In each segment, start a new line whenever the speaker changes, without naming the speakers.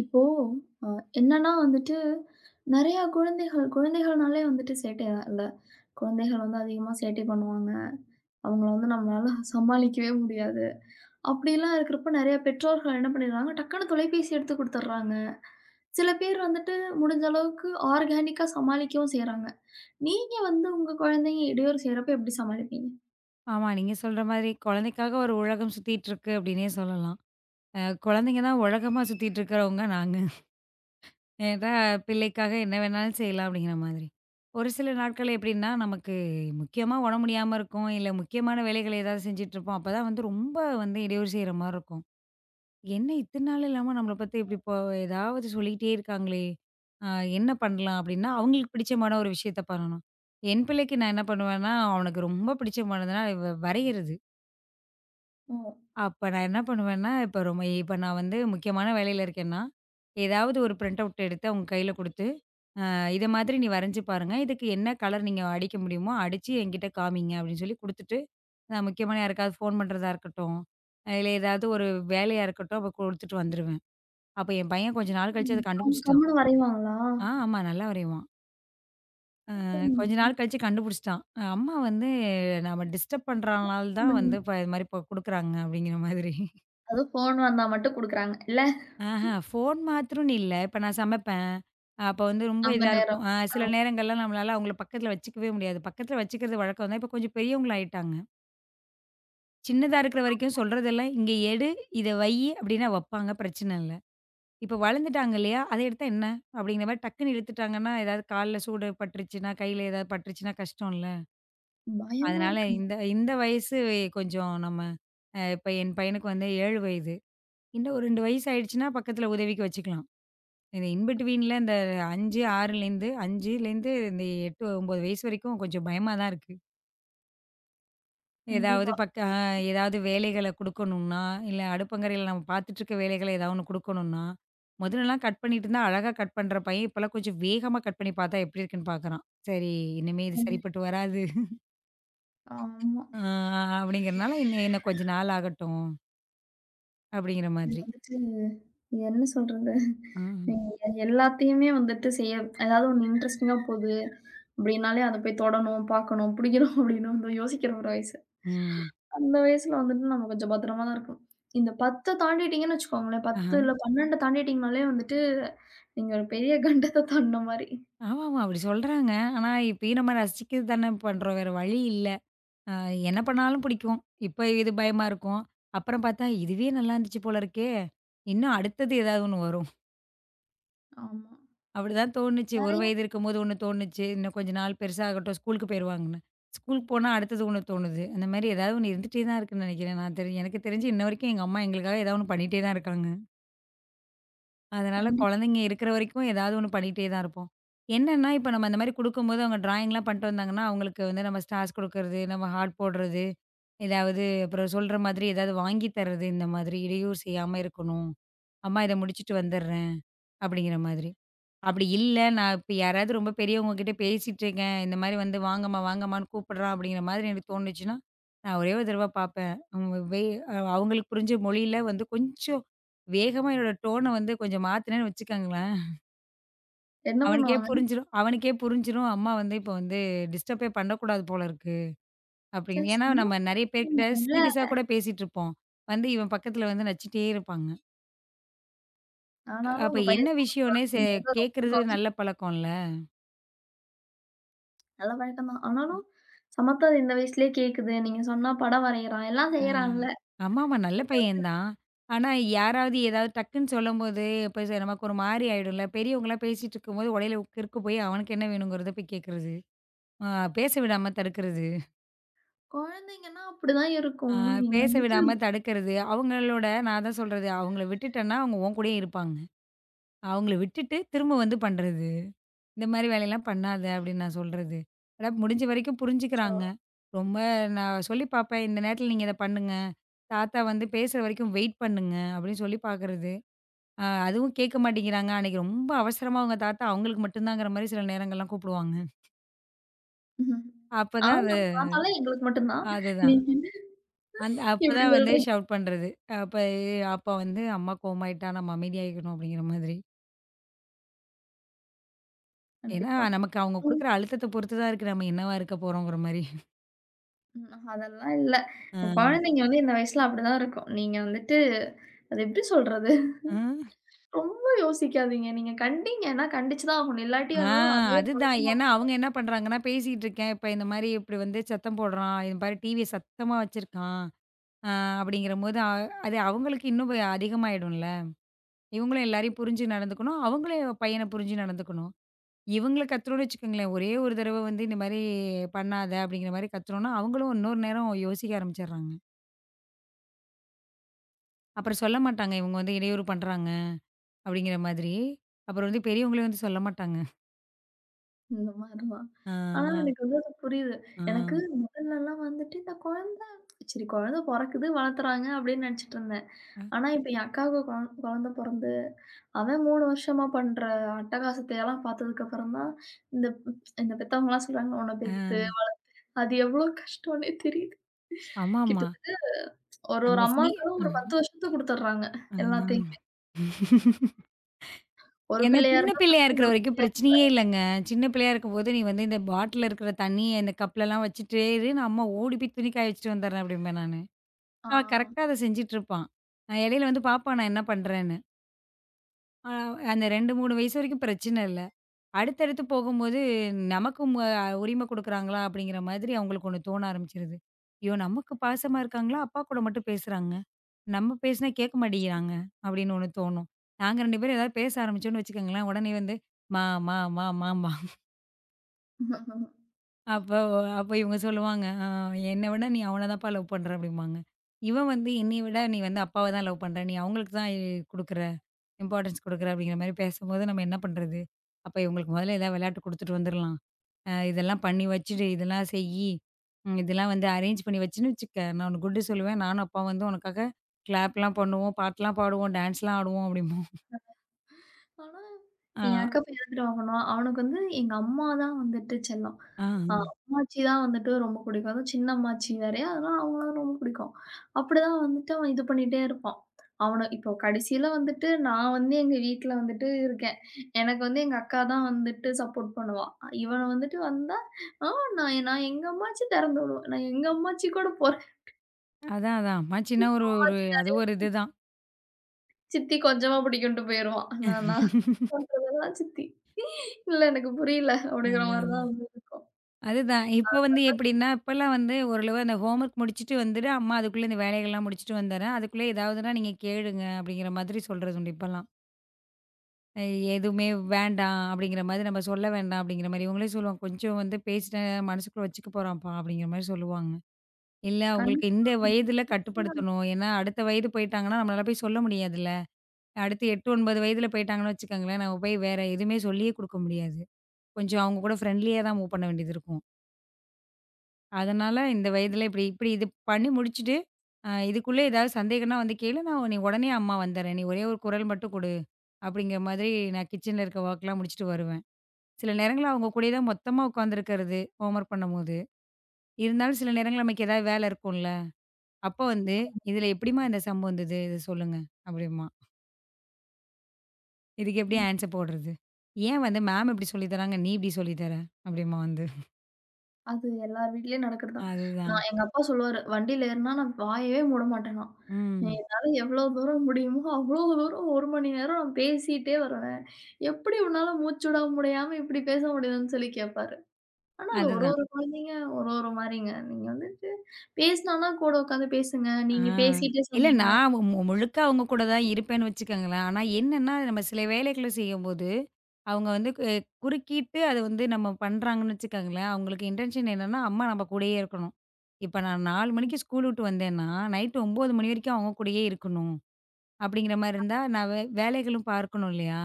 இப்போ அ என்னன்னா வந்துட்டு, நெறையா குழந்தைகள் குழந்தைகள்னாலே வந்துட்டு சேட்டை இல்ல. குழந்தைகள் வந்து அதிகமா சேட்டை பண்ணுவாங்க. அவங்கள வந்து நம்மளால சமாளிக்கவே முடியாது. அப்படிலாம் இருக்கிறப்ப நெறைய பெற்றோர்கள் என்ன பண்ணிடுறாங்க, டக்குனு தொலைபேசி எடுத்து குடுத்துடுறாங்க. சில பேர் வந்துட்டு முடிஞ்ச அளவுக்கு ஆர்கானிக்கா சமாளிக்கவும் செய்றாங்க. நீங்க வந்து உங்க குழந்தைங்க இடையூறு செய்றப்ப எப்படி சமாளிப்பீங்க?
ஆமா. நீங்க சொல்ற மாரி குழந்தைக்காக ஒரு உலகம் சுத்திட்டு இருக்கு அப்படின்னே சொல்லலாம். குழந்தைங்க தான் உலகமா சுத்திட்டு இருக்கிறவங்க நாங்க. ஏன்னா பிள்ளைக்காக என்ன வேணாலும் செய்யலாம் அப்படிங்கிற மாதிரி. ஒரு சில நாட்கள் எப்படின்னா, நமக்கு முக்கியமா உடம்பு முடியாம இருக்கும். இல்ல முக்கியமான வேலைகள் ஏதாவது செஞ்சுட்டு இருப்போம். அப்பதான் வந்து ரொம்ப வந்து இடையூறு செய்ற மாரி இருக்கும். என்ன இத்தன நாள் இல்லாம நம்மள பத்தி இப்படி இப்போ ஏதாவது சொல்லிக்கிட்டே இருக்காங்களே. அ என்ன பண்ணலாம் அப்படின்னா, அவங்களுக்கு பிடிச்சமான ஒரு விஷயத்த பண்ணணும். என் பிள்ளைக்கு நான் என்ன பண்ணுவேன்னா, அவனுக்கு ரொம்ப பிடிச்சமானதுன்னா வரையறது.
ஓ!
அப்ப நான் என்ன பண்ணுவேன்னா, இப்ப நான் வந்து முக்கியமான வேலையில இருக்கேன்னா, ஏதாவது ஒரு பிரிண்ட் அவுட் எடுத்து அவங்க கையில குடுத்து, இத மாதிரி நீ வரைஞ்சு பாருங்க. இதுக்கு என்ன கலர் நீங்க அடிக்க முடியுமோ, அடிச்சு என்கிட்ட காமிங்க." அப்படின்னு சொல்லி குடுத்துட்டு, நான் முக்கியமான யாருக்காவது ஃபோன் பண்றதா இருக்கட்டும், இல்ல ஏதாவது ஒரு வேலையா இருக்கட்டும், அப்ப குடுத்துட்டு வந்துருவேன். அப்ப என் பையன் கொஞ்ச நாள் கழிச்சு
ம்.
அத
அவங்க
கண்டுபிடிச்சுட்டான்.
கம்முனு வரைவாங்களா?
ஆமா நல்லா வரைவான். கொஞ்ச
சூப்பருங்க.
நாள் கழிச்சு கண்டுபிடிச்சுட்டான். அம்மா வந்து நம்ம டிஸ்டர்ப் பண்றனால தான்
ம்.
வந்து இப்ப இது மாரி இப்ப குடுக்குறாங்க அப்படிங்கிற மாதிரி.
அதுவும் ஃபோன் வந்தா மட்டும் குடுக்குறாங்க இல்ல,
ஆஹா! ஃபோன் மாத்திரம்னு இல்ல. இப்ப நான் சமைப்பேன். அப்ப வந்து ரொம்ப
அந்த
இதா
நேரம்.
இருக்கும். சில
அ
நேரங்கள்லாம் நம்மளால அவங்கள பக்கத்துல வச்சுக்கவே முடியாது. பக்கத்துல வச்சுக்கிறது வழக்கம் தான். இப்ப கொஞ்சம் பெரியவங்களாயிட்டாங்க. சின்னதா இருக்கிற வரைக்கும் சொல்றதெல்லாம், "இங்க எடு, இத வையி" அப்படின்னா வப்பாங்க. பிரச்சனை இல்ல. இப்ப வளர்ந்துட்டாங்க இல்லையா? "அத எடுத்தா என்ன?" அப்படிங்கிற மாரி டக்குன்னு இழுத்துட்டாங்கன்னா, ஏதாவது கால்ல சூடு பட்டுருச்சுன்னா, கையில ஏதாவது பட்டுருச்சுன்னா கஷ்டம்ல.
பயமா
அதனால
இருக்குங்க.
இந்த இந்த வயசு கொஞ்சம் நம்ம இப்ப என் பையனுக்கு வந்து 7 வயது. இன்னும் ஒரு 2 வயசு ஆயிடுச்சுன்னா, பக்கத்துல உதவிக்கு வச்சுக்கலாம். இந்த இன் பிட்வீன்ல இந்த 5, 6லேருந்து 5லேருந்து இந்த 8, 9 வயசு வரைக்கும் கொஞ்சம் பயமா தான் இருக்கு. ஏதாவது
கண்டிப்பா.
பக்க அ ஏதாவது வேலைகள குடுக்கணும்னா, இல்ல அடுப்பங்கரையில நம்ம பார்த்துட்டு இருக்க வேலைகள ஏதாவது ஒண்ணு குடுக்கணும்னா, முதல்லலாம் கட் பண்ணிட்டு இருந்தா அழகா கட் பண்ற பையன், இப்பலாம் கொஞ்சம் வேகமா கட் பண்ணி பார்த்தா எப்படி இருக்குன்னு பார்க்குறான். சரி, இனிமே இது
ம்.
சரிப்பட்டு வராது.
ஆமா.
ஆ அப்படிங்கிறனால இன்னும் இன்னும் கொஞ்ச நாள் ஆகட்டும் அப்படிங்கிற
இது
மாதிரி.
வந்துட்டு என்ன சொல்றது?
ம்.
எ எல்லாத்தையுமே வந்துட்டு செய்ய ஏதாவது ஒண்ணு இன்ட்ரஸ்டிங்கா போகுது அப்படின்னாலே அத போய் தொடணும், பார்க்கணும், பிடிக்கணும் அப்படின்னு வந்து யோசிக்கிற ஒரு வயசு.
ம்.
அந்த வயசுல வந்துட்டு நம்ம கொஞ்சம் பத்திரமா தான் இருக்கணும். இந்த 10 தாண்டிட்டீங்கன்னு வச்சுக்கோங்களேன்,
ஆஹ.
10 இல்ல 12 தாண்டிட்டீங்கனாலே வந்துட்டு நீங்க ஒரு பெரிய கண்டத்த தாண்டுன மாரி.
ஆமாமா அப்படி சொல்றாங்க. ஆனா இப்பயும் நம்ம ரசிக்க தானே பண்றோம். வேற வழி இல்ல. அ என்ன பண்ணாலும் பிடிக்கும். இப்ப இது பயமா இருக்கும். அப்புறம் பார்த்தா, இதுவே நல்லா இருந்துச்சு போல இருக்கே! இன்னும் அடுத்தது ஏதாவது ஒண்ணு வரும்.
ஆமா.
அப்படிதான் தோணுச்சு. 1
நெறைய
வயது இருக்கும்போது ஒண்ணு தோணுச்சு. இன்னும் கொஞ்ச நாள் பெருசாகட்டும் ஸ்கூலுக்கு போயிருவாங்கன்னு. ஸ்கூலுக்கு போனா அடுத்தது ஒண்ணு தோணுது. அந்த மாரி ஏதாவது ஒண்ணு இருந்துட்டே தான் இருக்குன்னு நினைக்கிறேன். நான் தெரி எனக்கு தெரிஞ்சு இன்ன வரைக்கும் எங்க அம்மா எங்களுக்காக ஏதாவது ஒண்ணு பண்ணிட்டே தான் இருக்காங்க. அதனால
கண்டிப்பா.
குழந்தைங்க இருக்கிற வரைக்கும் ஏதாவது ஒண்ணு பண்ணிட்டே தான் இருப்போம். என்னன்னா, இப்ப நம்ம அந்த மாரி குடுக்கும்போது அவங்க ட்ராயிங்லாம் பண்ணிட்டு வந்தாங்கன்னா, அவங்களுக்கு வந்து நம்ம ஸ்டார்ஸ் குடுக்கறது, நம்ம ஹார்ட் போடுறது, ஏதாவது அப்புறம் சொல்ற மாதிரி ஏதாவது வாங்கி தர்றது, இந்த மாதிரி இடையூறு செய்யாம இருக்கணும். அம்மா இத முடிச்சுட்டு வந்துடுறேன், அப்படிங்கிற மாதிரி. அப்படி இல்ல, நான் இப்ப யாராவது ரொம்ப பெரியவங்க கிட்ட பேசிட்டு இருக்கேன். இந்த மாரி வந்து வாங்கம்மா, வாங்கம்மான்னு கூப்பிடுறான் அப்படிங்கிற மாதிரி எனக்கு தோணுச்சுன்னா, நான் ஒரே ஒரு தடவ பார்ப்பேன். அவங்களுக்கு புரிஞ்ச மொழியில வந்து கொஞ்சம் வேகமா என்னோட டோன வந்து கொஞ்சம் மாத்துனேன்னு வச்சுக்கோங்களேன்,
என்ன
அவனுக்கே
பண்ணுவாங்க?
புரிஞ்சிரும் அவனுக்கே புரிஞ்சிரும். அம்மா வந்து இப்போ வந்து டிஸ்டர்பே பண்ணக்கூடாது போல இருக்கு
"ச்சே!
அப்படின்னு. ஏன்னா
சும்மா
நம்ம நெறைய
இருக்கீங்க
பேர்கிட்ட
இல்ல
சீரியஸா கூட பேசிட்டு இருப்போம். வந்து இவன் பக்கத்துல வந்து நச்சுட்டே இருப்பாங்க.
ஆனாலும்
அப்ப
உங்க
என்ன
பையன்
விஷயம்னே செ
சாப்பிடுறீங்க, அது
கேட்கறது
ஒத்துக்கோ."
நல்ல பழக்கம்ல.
நல்ல பழக்கம் தான். ஆனாலும், சமத்தா அது இந்த வயசுலயே கேக்குது. நீங்க சொன்னா படம் வரையறான், எல்லாம்
ஆ.
செய்றான்ல.
ஆமாமா. நல்ல பையன் தான். ஆனா யாராவது ஏதாவது டக்குன்னு சொல்லும்போது, இப்ப ச நமக்கு ஒரு மாரி ஆயிடும்ல. பெரியவங்கலாம் பேசிட்டு இருக்கும்போது உடையில கிறுக்கு போய் அவனுக்கு என்ன வேணுங்கிறத போய் கேட்கறது. ஆ பேச விடாம தடுக்கிறது.
குழந்தைங்கன்னா அப்படிதான்
ஆ
இருக்கும். நீங்க
பேச
வந்துட்டு
விடாம தடுக்கிறது. அவங்களோட நான் தான் சொல்றது, அவங்கள விட்டுட்டேன்னா அவங்க உன் கூடயே இருப்பாங்க. அவங்கள விட்டுட்டு திரும்ப வந்து பண்றது. இந்த மாரி வேலையெல்லாம் பண்ணாத அப்படின்னு நான் சொல்றது. ஆனா முடிஞ்ச வரைக்கும்
அச்சோ!
புரிஞ்சுக்கிறாங்க. ரொம்ப நான் சொல்லி பார்ப்பேன், இந்த நேரத்தில நீங்க இத பண்ணுங்க. தாத்தா வந்து பேசுற வரைக்கும் வெயிட் பண்ணுங்க அப்படின்னு சொல்லி பார்க்கறது. அதுவும் கேட்க மாட்டேங்கிறாங்க. அன்னைக்கு ரொம்ப அவசரமா அவங்க தாத்தா அவங்களுக்கு மட்டும்தாங்கிற மாரி சில நேரங்கள்லாம் கூப்பிடுவாங்க.
ம்.
அப்பதான்
ஆமா.
அது
பாத்தாலே எங்களுக்கு மட்டும் தான்.
அதுதான்.
நீங்க என்ன
அந்த
இப்படி
அப்பதான் வந்து
சொல்றீங்க?
ஷவுட் பண்றது. அப்ப அப்ப வந்து அம்மா கோவமாயிட்டா நம்ம அமைதியாயிக்கணும் அப்படிங்கிற மாதிரி. ஏன்னா
கண்டிப்பா.
நமக்கு அவங்க
ம்.
குடுக்குற அழுத்தத்த பொறுத்து தான் இருக்கு நம்ம என்னவா இருக்க போறோங்கிற மாரி.
ம். அதெல்லாம் இல்ல.
ஆ.
குழந்தைங்க வந்து இந்த வயசுல அப்படிதான் இருக்கும். நீங்க வந்துட்டு அது எப்படி சொல்றது?
ஆ.
ரொம்ப யோசிக்காதீங்க. நீங்க கண்டீங்கன்னா, கண்டிச்சு தான் ஆகணும். இல்லாட்டி
ஆ
வந்து அதே
அதுதான்.
பழக்கம்
ஏன்னா அவங்க என்ன பண்றாங்கன்னா, பேசிட்டு இருக்கேன். இப்ப இந்த மாரி இப்படி வந்து சத்தம் போடுறான். இந்த பாரு டிவிய சத்தமா வச்சிருக்கான். ஆ அப்படிங்கிறபோது அது அவங்களுக்கு இன்னும் அதிகமாயிடும்ல. இவங்களும் எல்லாரையும் புரிஞ்சு நடந்துக்கணும். அவங்களும் பையன புரிஞ்சு நடந்துக்கணும். இவங்கள கத்துறோம்னு வச்சுக்கோங்களேன், ஒரே ஒரு தடவ வந்து இந்த மாரி பண்ணாத அப்படிங்கிற மாரி கத்துனோம்னா, அவங்களும் இன்னொரு நேரம் யோசிக்க ஆரம்பிச்சடுறாங்க. அப்புறம் சொல்ல மாட்டாங்க, இவங்க வந்து இடையூறு பண்றாங்க அப்படிங்கிற மாதிரி. அப்புறம் வந்து பெரியவங்களே வந்து சொல்ல மாட்டாங்க.
இந்த மாரி தான். ஆனா,
ஆ,
எனக்கு வந்து அது புரியுது.
ஆ,
எனக்கு முதல்லலாம் வந்துட்டு இந்த குழந்த சரி குழந்த பொறக்குது, வளர்த்துறாங்க அப்படின்னு நெனச்சுட்டுருந்தேன்.
ஆ,
ஆனா, இப்ப என் அக்காவுக்கு கொழ குழந்த பொறந்து, அவன் 3 வருஷமா பண்ற அட்டகாசத்தையெல்லாம் பார்த்ததுக்கப்புறம் தான், இந்த இந்த பெத்தவங்கலாம் சொல்றாங்க, "உன்ன
ஆ,
பெத்து, அது எவ்ளோ கஷ்டம்னே தெரியுது."
ஆமாமா.
கிட்டத்தட்ட ஒரு ஒரு
நம்ம சி
அம்மாக்களும் ஒரு
ம்,
10 வருஷத்த குடுத்துடுறாங்க,
ஆ.
எல்லாத்தையுமே. ஒரு
ஏன்னா
பிள்ளையா
சின்ன
இருந்தா
பிள்ளையா
10,
இருக்கிற
இன்னொரு
வரைக்கும்
பிள்ளையா
பிரச்சனையே இல்லங்க. சின்ன பிள்ளையா இருக்கும்போது, "நீ வந்து இந்த பாட்டில்ல இருக்கிற தண்ணிய இந்த கப்லலாம் வச்சுட்டே இரு, நான் அம்மா ஓடி போய் துணி காய வச்சுட்டு வந்துடுறேன்" அப்படிம்பேன் நானு.
ஆ.
அவன் கரெக்ட்டா அத செஞ்சுட்ருப்பான். இடையில வந்து பார்ப்பான் நான் என்ன பண்றேன்னு. அ அந்த 2, 3 வயசு வரைக்கும் பிரச்சனை இல்ல. அடுத்தடுத்து போகும்போது நமக்கும் உரிமை குடுக்குறாங்களா அப்படிங்கிற மாதிரி அவங்களுக்கு ஒண்ணு தோண ஆரம்பிச்சுருது. ஐயோ! நமக்கு பாசமா இருக்காங்களா, அப்பா கூட மட்டும் பேசுறாங்க. நம்ம பேசினா கேட்க மாட்டேங்கிறாங்க அப்படின்னு ஒண்ணு தோணும். நாங்க 2 பேரும் ஏதாவது பேச ஆரம்பிச்சோம்னு வச்சுக்கோங்களேன், உடனே வந்து மா, மா, மா, மா, மா. அப்போ அப்போ இவங்க சொல்லுவாங்க, என்னை விட நீ அவன தான்ப்பா லவ் பண்ற" அப்படிம்பாங்க. இவன் வந்து என்னைய விட நீ வந்து அப்பாவ தான் லவ் பண்ற. நீ அவங்களுக்கு தான் குடுக்குற. இம்பார்ட்டன்ஸ் குடுக்குற அப்படிங்கிற மாரி பேசும்போது நம்ம என்ன பண்றது? அப்ப இவங்களுக்கு முதல்ல ஏதாவது விளையாட்டு குடுத்துட்டு வந்துரலாம். இதெல்லாம் பண்ணி வச்சுடு, இதெல்லாம் செய்யி, இதெல்லாம் வந்து அரேஞ்ச் பண்ணி வச்சுன்னு வச்சுக்க, நான் உனக்கு குட்டு சொல்லுவேன். நானும் அப்பா வந்து உனக்காக கிளாப்லாம் பண்ணுவோம், பாட்டுலாம் பாடுவோம், டான்ஸ்லாம் ஆடுவோம் அப்படிம்போம்.
ஆனா
ஆ
என் அக்கா பையன் எடுத்துட்டு வாங்கணும். அவனுக்கு வந்து எங்க அம்மா தான் வந்துட்டு செல்லம்.
ஆ
அம்மாச்சி தான் வந்துட்டு ரொம்ப பிடிக்கும். அதுவும் சின்ன அம்மாச்சி வேறயா, அதனால அவங்கள தான் ரொம்ப பிடிக்கும். அப்படிதான் வந்துட்டு அவன் இது பண்ணிட்டே இருப்பான். அவன இப்போ கடைசியில வந்துட்டு நான் வந்து எங்க வீட்ல வந்துட்டு இருக்கேன். எனக்கு வந்து எங்க அக்கா தான் வந்துட்டு சப்போர்ட் பண்ணுவா. இவன் வந்துட்டு வந்தா, "ஆ நான் நான் எங்க அம்மாச்சி திறந்து விடுவேன். நான் எங்க அம்மாச்சி கூட போறேன்."
அதான், அதான். அம்மாச்சின்னா ஒரு ஒரு
அம்மாச்சி
அது
நிறைய
ஒரு இதுதான்.
சித்தி கொஞ்சமா பிடிக்கும்ன்ட்டு போயிருவான். நான் நான் பண்றதெல்லாம் சித்தி. "இல்ல எனக்கு புரியல." அப்படிங்கிற மாரி
அதான்.
தான் வந்து இருக்கும்.
அதுதான். இப்ப வந்து எப்படின்னா, இப்பலாம் வந்து ஓரளவு அந்த ஹோம்வொர்க் முடிச்சுட்டு வந்துட்டு, அம்மா அதுக்குள்ள இந்த வேலைகள்லாம் முடிச்சுட்டு வந்துர்றேன். அதுக்குள்ளே ஏதாவதுன்னா நீங்க கேளுங்க அப்படிங்கிற மாதிரி சொல்றது உண்டு இப்பலாம். அ எதுவுமே வேண்டாம் அப்படிங்கிற மாதிரி நம்ம சொல்ல வேண்டாம் அப்படிங்கிற மாரி. இவங்களே சொல்லுவாங்க, "கொஞ்சம் வந்து பேசிட்டா மனசுக்குள்ள வச்சுக்க போறான்ப்பா" அப்படிங்கிற மாரி சொல்லுவாங்க. இல்ல அவங்களுக்கு
கண்டிப்பா.
இந்த வயதில
ஈஸியா
கட்டுப்படுத்தணும். ஏன்னா அடுத்த வயது போயிட்டாங்கன்னா, நம்மளால போய் சொல்ல முடியாதுல்ல. அடுத்து 8, 9 வயதில போயிட்டாங்கன்னு வச்சுக்கோங்களேன், நம்ம போய் வேற எதுவுமே சொல்லியே குடுக்க முடியாது. கொஞ்சம் அவங்க கூட ஃப்ரெண்ட்லியா தான் மூவ் பண்ண வேண்டியது இருக்கும். அதனால இந்த வயதில இப்படி இப்படி இது பண்ணி முடிச்சுட்டு, இதுக்குள்ள ஏதாவது சந்தேகம்னா வந்து கேளு, நீ உடனே அம்மா வந்துர்றேன். நீ ஒரே ஒரு குரல் மட்டும் குடு. அப்படிங்கிற மாதிரி நான் கிச்சன்ல இருக்க வொர்க்லாம் முடிச்சுட்டு வருவேன். சில நேரங்கள்ல அவங்க கூடயே தான் மொத்தமா உட்காந்துருக்கிறது, ஹோம்வொர்க் பண்ணும்போது. இருந்தாலும் சில நேரங்கள்ல நமக்கு ஏதாவது வேலை இருக்கும்ல. அப்ப வந்து, "இதுல எப்படிம்மா இந்த சம் வந்தது? இத சொல்லுங்க" அப்படிம்பான். இதுக்கு எப்படி
ஆமா.
ஆன்ஸர் போடுறது? "ஏன் வந்து மேம் இப்படி சொல்லி தராங்க, நீ இப்படி சொல்லி தர?" அப்படிம்பான் வந்து.
அது எல்லார் வீட்லயும் நடக்கிறது தான்.
அதுதான்.
நான் எங்க அப்பா சொல்லுவாரு, "வண்டியில ஏறுனா நான் வாயவே மூட மாட்டேனாம்.
ம்.
என்னால எவ்ளோ தூரம் முடியுமோ, அவ்ளோ தூரம் 1 மணி நேரம் நான் பேசிட்டே வருவேன். எப்படி உன்னால மூச்சு விட முடியாம இப்படி பேச முடியுதுன்னு?" சொல்லி கேட்பாரு. ஆனா அது ஒரு
அதுதான்.
ஒரு குழந்தைங்க ஒரு ஒரு மாரிங்க. நீங்க வந்துட்டு பேசினான்னா கூட உட்காந்து பேசுங்க.
ஆ.
நீங்க பேசிட்டே
இல்ல
சொன்னீங்க.
நான் முழுக்க அவங்க கூட தான் இருப்பேன்னு வச்சுக்கோங்களேன். ஆனா என்னன்னா, நம்ம சில வேலைகள செய்யும்போது, அவங்க வந்து குறுக்கிட்டு அது வந்து நம்ம பண்றாங்கன்னு வச்சுக்கோங்களேன், அவங்களுக்கு இன்டென்ஷன் என்னன்னா, அம்மா நம்ம கூடயே இருக்கணும். இப்ப நான் 4 மணிக்கு ஸ்கூல் விட்டு வந்தேன்னா, நைட் 9 மணி வரைக்கும் அவங்க கூடயே இருக்கணும். அப்படிங்கிற மாரி இருந்தா, நான் வேலைகளும் பார்க்கணும் இல்லையா?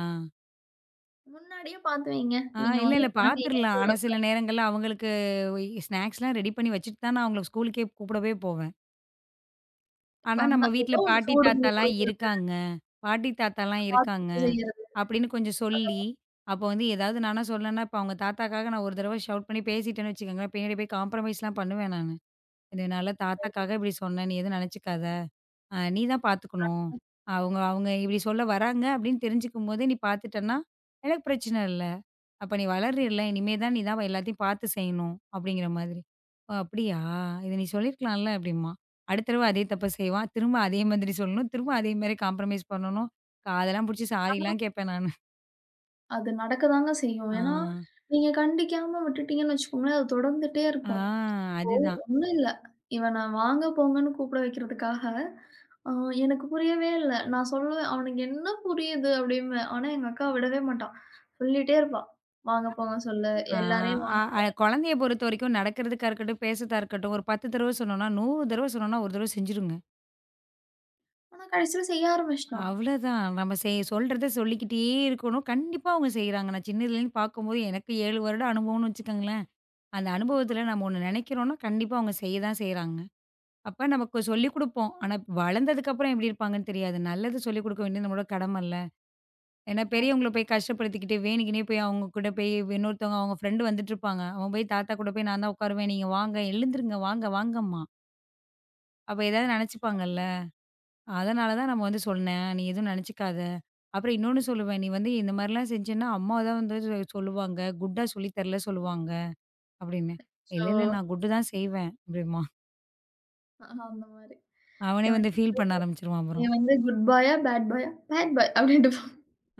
முன்னாடியே பார்த்து வைங்க. நீங்க
இல்ல,
வந்து
இல்ல
குழந்தைய ஏங்க
பார்த்துரலாம். ஆனா சில
விடக்கூடாது.
நேரங்கள்ல அவங்களுக்கு ஸ்நாக்ஸ்லாம் ரெடி பண்ணி வச்சுட்டு தான் நான் அவங்கள ஸ்கூலுக்கே கூப்பிடவே போவேன். ஆனா, நம்ம
வந்தா
வீட்ல
ஏதோ ஒண்ணு
பாட்டி,
சூடு, மூடு,
தாத்தாலாம் இருக்காங்க. பாட்டி, தாத்தாலாம் இருக்காங்க.
காத்திருக்க செய்யறது.
அப்படின்னு கொஞ்சம் சொல்லி, அப்போ வந்து ஏதாவது நானா சொன்னேன்னா, இப்ப அவங்க தாத்தாக்காக நான் ஒரு தடவ ஷவுட் பண்ணி பேசிட்டேன்னு வச்சுக்கோங்களேன், பின்னாடி போய் காம்ப்ரமைஸ்லாம் பண்ணுவேன் நானு. இதனால தாத்தாக்காக இப்படி சொன்னேன், நீ எதுவும் நினச்சுக்காத. நீ தான் பார்த்துக்கணும். அவங்க அவங்க இப்படி சொல்ல வராங்க அப்படின்னு தெரிஞ்சுக்கும்போதே நீ பார்த்துட்டன்னா, எனக்கு பிரச்சனை இல்ல. அப்ப நீ வளர்றல்ல. இனிமே தான் நீ தான் எல்லாத்தையும் பார்த்து செய்யணும் அப்படிங்கிற மாதிரி. ஓ! அப்படியா? இத நீ சொல்லியிருக்கலாம்ல அப்படிம்பான். அடுத்த தடவ அதே தப்ப செய்வான். திரும்ப அதே மாதிரி சொல்லணும். திரும்ப அதே மாரி காம்ப்ரமைஸ் பண்ணணும். காதெல்லாம் புடிச்சு
ஆனா
சாரிலாம் கேட்பேன் நானு.
அது நடக்கதாங்க செய்யும்.
ஆ.
ஏன்னா, நீங்க கண்டிக்காம விட்டுட்டீங்கன்னு வச்சுக்கோங்களேன், அது தொடர்ந்துட்டே
ஆ
இருக்கும்.
அதுதான்.
ஒண்ணும் இல்ல. இவன வாங்க, போங்கன்னு கூப்பிட வைக்கிறதுக்காக, அ எனக்கு புரியவே இல்ல. நான் சொல்லுவேன், "அவனுக்கு என்ன புரியுது?" அப்படிம்பேன். ஆனா, எங்க அக்கா விடவே மாட்டா. சொல்லிட்டே இருப்பா. "வாங்க, போங்க சொல்லு.
ஆ
எல்லாரையும் வாங்க."
அ குழந்தைய பொறுத்தவரைக்கும் நடக்கிறதுக்கா இருக்கட்டும், பேசுறதா இருக்கட்டும், ஒரு 10 தடவ சொன்னோம்னா, 100 தடவ சொன்னோம்னா, ஒரு தடவ செஞ்சுருங்க.
ஆனா கடைசியில செய்ய ஆரம்பிச்சுட்டான்.
அவ்வளோதான். நம்ம சொல்றத சொல்லிக்கிட்டே இருக்கணும். கண்டிப்பா அவங்க செய்றாங்க. நான் சின்னதுலேருந்து பார்க்கும்போது எனக்கு 7 வருட அனுபவம்னு வச்சுக்கோங்களேன். அந்த அனுபவத்துல நம்ம ஒண்ணு நினைக்கிறோம்னா, கண்டிப்பா அவங்க செய்ய தான் செய்றாங்க. அப்ப நமக்கு சொல்லிக் குடுப்போம். ஆனா, வளர்ந்ததுக்கப்புறம் எப்படி இருப்பாங்கன்னு தெரியாது. நல்லது சொல்லிக் குடுக்க வேண்டியது நம்மளோட கடமல்ல. ஏன்னா, பெரியவங்கள போய் கஷ்டப்படுத்திக்கிட்டு, வேணுக்குன்னே போய் அவங்க கூட போய் இன்னொருத்தவங்க அவங்க ஃப்ரெண்டு வந்துட்டுருப்பாங்க. அவன் போய் தாத்தா கூட போய் நான் தான் உட்காருவேன். "நீங்க வாங்க, எழுந்துருங்க, வாங்க, வாங்கம்மா." அப்ப ஏதாவது நினைச்சுப்பாங்கல்ல. அதனால தான் நம்ம வந்து சொன்னேன். "நீ எதுவும் நினைச்சுக்காத." அப்புறம் இன்னொன்னு சொல்லுவேன். "நீ வந்து இந்த மாரிலாம் செஞ்சேன்னா, அம்மா தான் வந்து சொல்லுவாங்க. குட்டா சொல்லி தரல சொல்லுவாங்க." அப்படின்னு. "இல்ல,
அச்சோ!
இல்ல நான் குட்டு தான் செய்வேன்." அப்படிம்பா.
அந்த மாரி.
அவனே வந்து
இவன்ட்ட
ஃபீல் பண்ண ஆரம்பிச்சுருவான்
நீ
அப்புறம்.
வந்து குட் பாயா? பேட் பாயா? பேட் பாய் அப்படின்ட்டு போ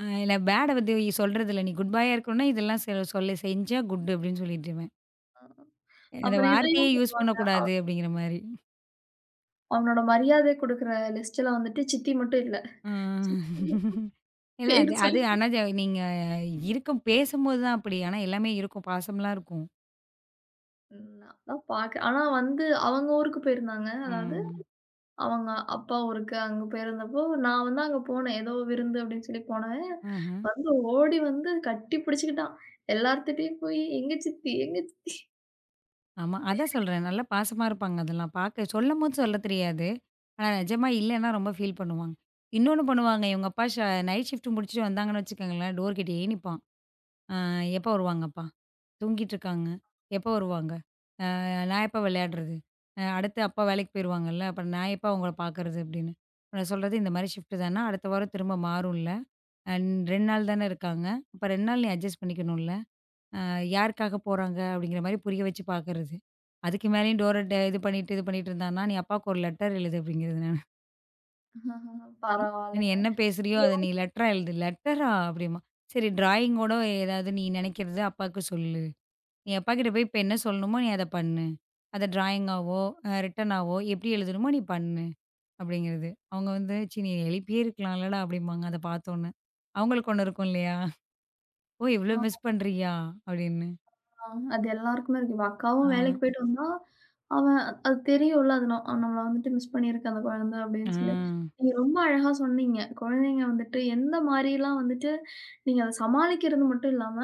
இல்ல பேட வந்து சொல்றதில்ல. நீ குட் பாயா இருக்கணும்னா இதெல்லாம் சொல்லு செஞ்சா குட் அப்படின்னு சொல்லிட்டுருவேன். இந்த
அப்புறம்
வார்த்தையே
இதையும்
யூஸ் பண்ணக்கூடாது அப்படிங்கிற மாரி.
அவனோட மரியாதை குடுக்குற லிஸ்ட்ல வந்துட்டு சித்தி மட்டும் இல்ல.
ஆ.
சித்தி
இல்ல
பேர்
அது அது
சொல்லி
ஆனா நீங்க இருக்கும் பேசும்போது தான் அப்படி. ஆனா எல்லாமே இருக்கும். பாசம்லாம் இருக்கும்.
ம். நான் தான் பாக்க ஆனா வந்து அவங்க ஊருக்கு போயிருந்தாங்க. அதாவது
ம்.
அவங்க அப்பா ஊருக்கு அங்க போயிருந்தப்போ, நான் வந்து அங்க போனேன். ஏதோ விருந்து அப்படின்னு சொல்லி போனேன்.
ஆஹ.
வந்து ஓடி வந்து கட்டி பிடிச்சுக்கிட்டான். எல்லார்த்துட்டயும் போய் எங்க சித்தி, எங்க சித்தி.
ஆமா. அதான் சொல்றேன். நல்லா பாசமா இருப்பாங்க அதெல்லாம். பார்க்க சொல்லும்போது சொல்ல தெரியாது. ஆனா நிஜமா இல்லன்னா ரொம்ப ஃபீல் பண்ணுவாங்க. இன்னொன்னு பண்ணுவாங்க. இவங்க அப்பா ஷ நைட் ஷிஃப்ட் முடிச்சுட்டு வந்தாங்கன்னு வச்சுக்கோங்களேன், டோர் கிட்டயே நிப்பான். ஆ எப்போ வருவாங்கப்பா? தூங்கிட்டுருக்காங்க. எப்போ வருவாங்க? நான் எப்போ விளையாடுறது? அடுத்து அப்பா வேலைக்கு போயிருவாங்கல்ல. அப்ப நான் எப்போ அவங்கள பார்க்கறது? அப்படின்னு. அப்ப நான் சொல்றது இந்த மாரி ஷிஃப்ட் தான. அடுத்த வாரம் திரும்ப மாறும்ல. அன் 2 நாள் தானே இருக்காங்க. அப்ப 2 நாள் நீ அட்ஜஸ்ட் பண்ணிக்கணும்ல. யாருக்காக போறாங்க? அப்படிங்கிற மாரி புரிய வச்சு பார்க்கறது. அதுக்கு மேலேயும் டோர ட இது பண்ணிட்டு, இது பண்ணிட்டு இருந்தான்னா, நீ அப்பாவுக்கு ஒரு லெட்டர் எழுது அப்படிங்கிறது நானு. நீ
பரவாயில்லைங்க.
என்ன பேசுறியோ அத நீ லெட்டரா எழுது. லெட்டரா? அப்படிம்பா. சரி டிராயிங்கோட ஏதாவது நீ நினைக்கிறத அப்பாவுக்கு சொல்லு. நீ அப்பாகிட்ட போய் இப்ப என்ன சொல்லணுமோ நீ அத பண்ணு. அத ட்ராயிங்காவோ, ரிட்டனாவோ எப்படி எழுதணுமோ நீ பண்ணு அப்படிங்கிறது. அவங்க வந்து "ச்சீ நீ எழுப்பியே இருக்கலாம்லடா" அப்படிம்பாங்க அத பார்த்தோன்னே. அவங்களுக்கு ஒண்ணு இருக்கும் இல்லையா? "ஓ இவ்ளோ மிஸ் பண்றியா?" அப்படின்னு.
ஆமா. அது எல்லாருக்குமே இருக்கு. இப்ப
ஆ.
அக்காவும் வேலைக்கு போயிட்டு வந்தா, அவன் அது தெரியும்ல அது நான் நம்மள வந்துட்டு மிஸ் பண்ணியிருக்கு அந்த குழந்தை
ஆ.
அப்படின்னு சொல்லி. நீங்க ரொம்ப அழகா சொன்னீங்க. குழந்தைங்க வந்துட்டு எந்த மாரிலாம் வந்துட்டு நீங்க அத சமாளிக்கிறது மட்டும் இல்லாம,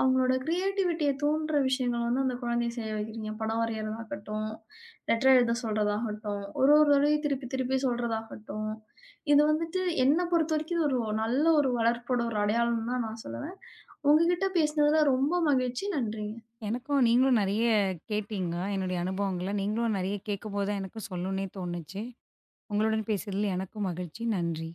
அவங்களோட கிரியேட்டிவிட்டிய தூண்டுற விஷயங்கள வந்து அந்த குழந்தைய செய்ய வைக்கிறீங்க. படம் வரையிறதாகட்டும், லெட்டர் எழுத சொல்றதாகட்டும், ஒரு ஒரு தடவையும் திருப்பி திருப்பி சொல்றதாகட்டும். இது வந்துட்டு என்ன பொறுத்தவரைக்கும் ஒரு நல்ல ஒரு வளர்ப்போட ஒரு அடையாளம் தான் நான் சொல்லுவேன். உங்ககிட்ட பேசினதுல ரொம்ப மகிழ்ச்சி. நன்றி.
எனக்கும் நீங்களும் நெறைய கேட்டீங்க. என்னுடைய அனுபவங்கள நீங்களும் நெறைய கேட்கும்போது தான் எனக்கும் சொல்லணும்னே தோணுச்சு. உங்களுடன் பேசியதில் எனக்கும் மகிழ்ச்சி. நன்றி.